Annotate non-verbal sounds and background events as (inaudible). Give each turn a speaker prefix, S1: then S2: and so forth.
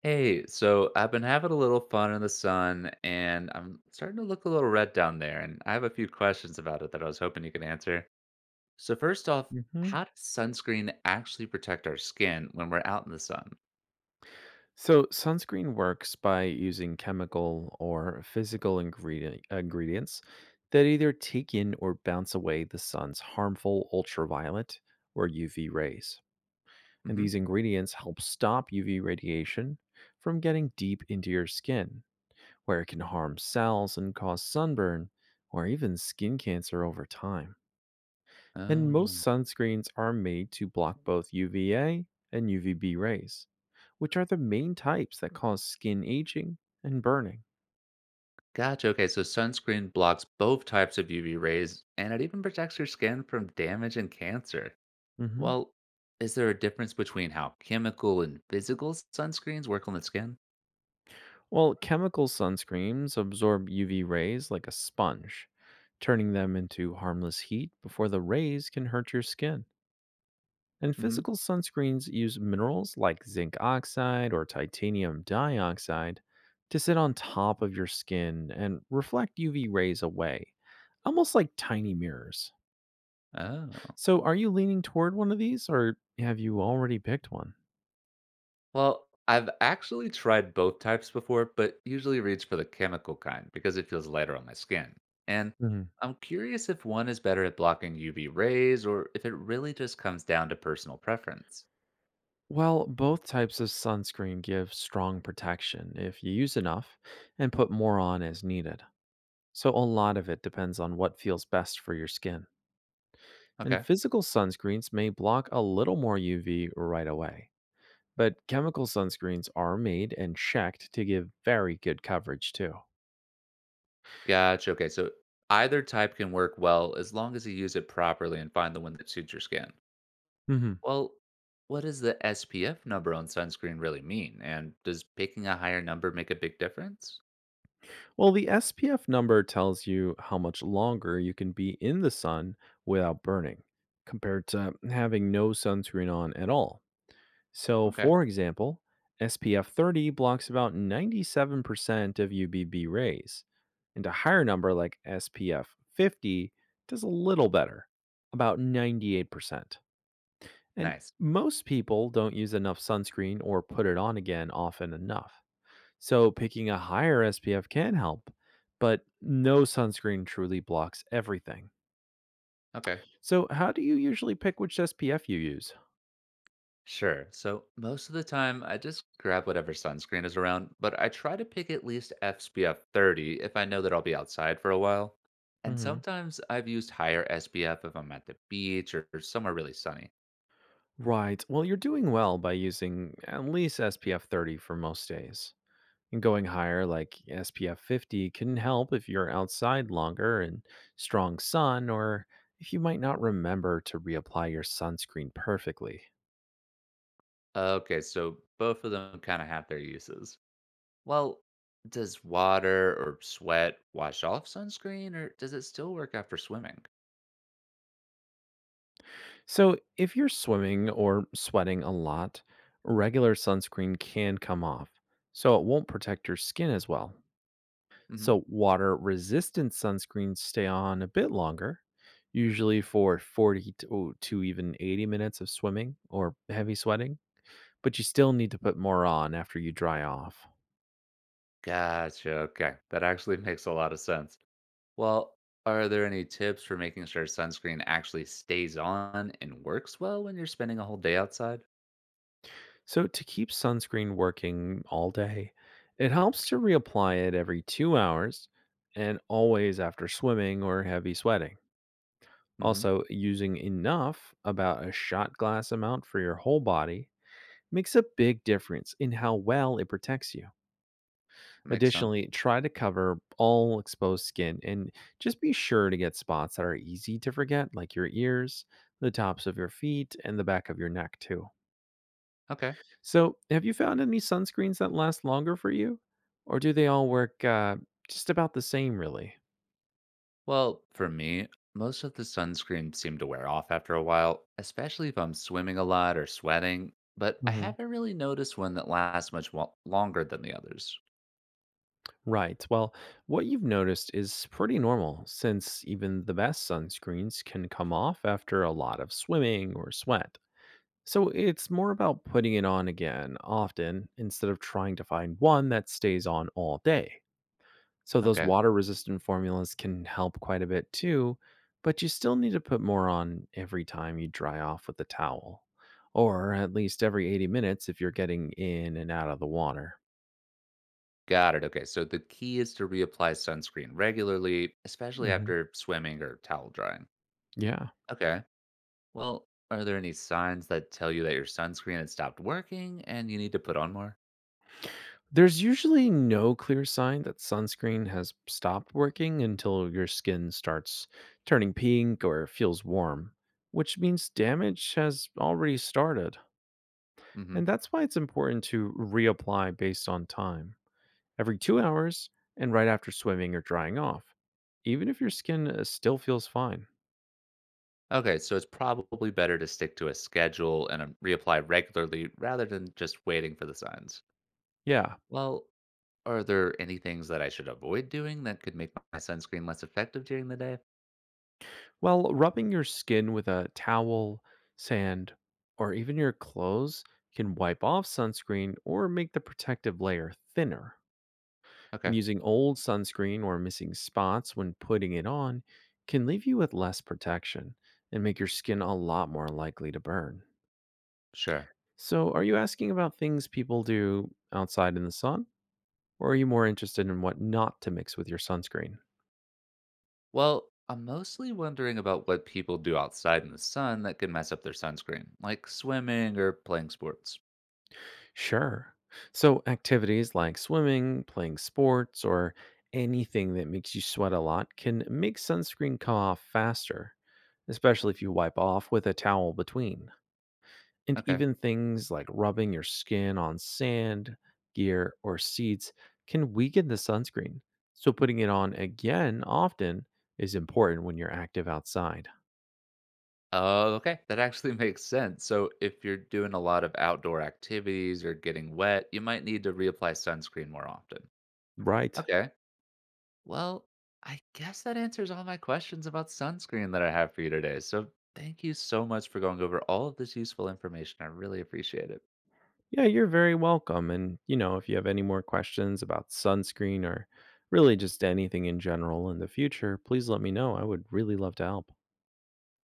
S1: Hey, so I've been having a little fun in the sun and I'm starting to look a little red down there. And I have a few questions about it that I was hoping you could answer. So, first off,
S2: Hmm.
S1: how does sunscreen actually protect our skin when we're out in the sun?
S2: So, sunscreen works by using chemical or physical ingredients that either take in or bounce away the sun's harmful ultraviolet or UV rays. And
S1: hmm
S2: these ingredients help stop UV radiation from getting deep into your skin, where it can harm cells and cause sunburn or even skin cancer over time. And most
S1: Oh,
S2: sunscreens are made to block both UVA and UVB rays, which are the main types that cause skin aging and burning.
S1: gotcha. Okay, so sunscreen blocks both types of UV rays and it even protects your skin from damage and cancer.
S2: Mhm.
S1: Well, is there a difference between how chemical and physical sunscreens work on the skin?
S2: Well, chemical sunscreens absorb UV rays like a sponge, turning them into harmless heat before the rays can hurt your skin. And
S1: hmm
S2: physical sunscreens use minerals like zinc oxide or titanium dioxide to sit on top of your skin and reflect UV rays away, almost like tiny mirrors.
S1: Oh.
S2: So, are you leaning toward one of these or have you already picked one?
S1: Well, I've actually tried both types before, but usually reach for the chemical kind because it feels lighter on my skin. And
S2: Mhm.
S1: I'm curious if one is better at blocking UV rays or if it really just comes down to personal preference.
S2: Well, both types of sunscreen give strong protection if you use enough and put more on as needed. So, a lot of it depends on what feels best for your skin. And
S1: Okay.
S2: physical sunscreens may block a little more UV right away, but chemical sunscreens are made and checked to give very good coverage too.
S1: Gotcha. Okay. So either type can work well as long as you use it properly and find the one that suits your skin.
S2: Mhm.
S1: Well, what does the SPF number on sunscreen really mean? And does picking a higher number make a big difference?
S2: Well, the SPF number tells you how much longer you can be in the sun without burning, compared to having no sunscreen on at all. So,
S1: Okay.
S2: for example, SPF 30 blocks about 97% of UVB rays, and a higher number like SPF 50 does a little better, about 98%. And
S1: Nice.
S2: most people don't use enough sunscreen or put it on again often enough. So picking a higher SPF can help, but no sunscreen truly blocks everything.
S1: Okay.
S2: So, how do you usually pick which SPF you use?
S1: Sure. So most of the time, I just grab whatever sunscreen is around, but I try to pick at least SPF 30 if I know that I'll be outside for a while. And
S2: Hmm.
S1: sometimes I've used higher SPF if I'm at the beach or somewhere really sunny.
S2: Right. Well, you're doing well by using at least SPF 30 for most days. And going higher, like SPF 50, can help if you're outside longer in strong sun or if you might not remember to reapply your sunscreen perfectly.
S1: Okay, so both of them kind of have their uses. Well, does water or sweat wash off sunscreen or does it still work after swimming?
S2: So, if you're swimming or sweating a lot, regular sunscreen can come off, so it won't protect your skin as well.
S1: Mm-hmm.
S2: So, water resistant sunscreens stay on a bit longer, usually for 40 to even 80 minutes of swimming or heavy sweating, but you still need to put more on after you dry off.
S1: Gotcha, okay. That actually (laughs) makes a lot of sense. Well, are there any tips for making sure sunscreen actually stays on and works well when you're spending a whole day outside?
S2: So, to keep sunscreen working all day, it helps to reapply it every 2 hours and always after swimming or heavy sweating.
S1: hmm
S2: Also, using enough, about a shot glass amount for your whole body, makes a big difference in how well it protects you.
S1: Makes sense.
S2: Additionally, try to cover all exposed skin and just be sure to get spots that are easy to forget, like your ears, the tops of your feet, and the back of your neck, too.
S1: Okay.
S2: So, have you found any sunscreens that last longer for you? Or do they all work just about the same, really?
S1: Well, for me, most of the sunscreen seemed to wear off after a while, especially if I'm swimming a lot or sweating, but I
S2: Mhm.
S1: haven't really noticed one that lasts longer than the others.
S2: Right. Well, what you've noticed is pretty normal since even the best sunscreens can come off after a lot of swimming or sweat. So it's more about putting it on again often instead of trying to find one that stays on all day. So those
S1: Okay.
S2: water resistant formulas can help quite a bit too, but you still need to put more on every time you dry off with a towel, or at least every 80 minutes if you're getting in and out of the water.
S1: Got it. Okay. So the key is to reapply sunscreen regularly, especially
S2: Hmm.
S1: after swimming or towel drying.
S2: Yeah.
S1: Okay. Well, are there any signs that tell you that your sunscreen had stopped working and you need to put on more?
S2: There's usually no clear sign that sunscreen has stopped working until your skin starts turning pink or feels warm, which means damage has already started.
S1: hmm
S2: And that's why it's important to reapply based on time every 2 hours and right after swimming or drying off, even if your skin still feels fine.
S1: Okay, so it's probably better to stick to a schedule and reapply regularly rather than just waiting for the signs.
S2: Yeah.
S1: Well, are there any things that I should avoid doing that could make my sunscreen less effective during the day?
S2: Well, rubbing your skin with a towel, sand, or even your clothes can wipe off sunscreen or make the protective layer thinner. And
S1: Okay,
S2: using old sunscreen or missing spots when putting it on can leave you with less protection and make your skin a lot more likely to burn.
S1: sure.
S2: So, are you asking about things people do outside in the sun? Or are you more interested in what not to mix with your sunscreen?
S1: Well, I'm mostly wondering about what people do outside in the sun that could mess up their sunscreen, like swimming or playing sports.
S2: Sure. So, activities like swimming, playing sports, or anything that makes you sweat a lot can make sunscreen come off faster, especially if you wipe off with a towel between. And
S1: Okay.
S2: even things like rubbing your skin on sand, gear, or seats can weaken the sunscreen. So, putting it on again often is important when you're active outside.
S1: Oh, okay. That actually (laughs) makes sense. So, if you're doing a lot of outdoor activities or getting wet, you might need to reapply sunscreen more often.
S2: Right.
S1: Okay. Well, I guess that answers all my questions about sunscreen that I have for you today. So, thank you so much for going over all of this useful information. I really appreciate it.
S2: Yeah, you're very welcome. And, you know, if you have any more questions about sunscreen or really just anything in general in the future, please let me know. I would really love to help.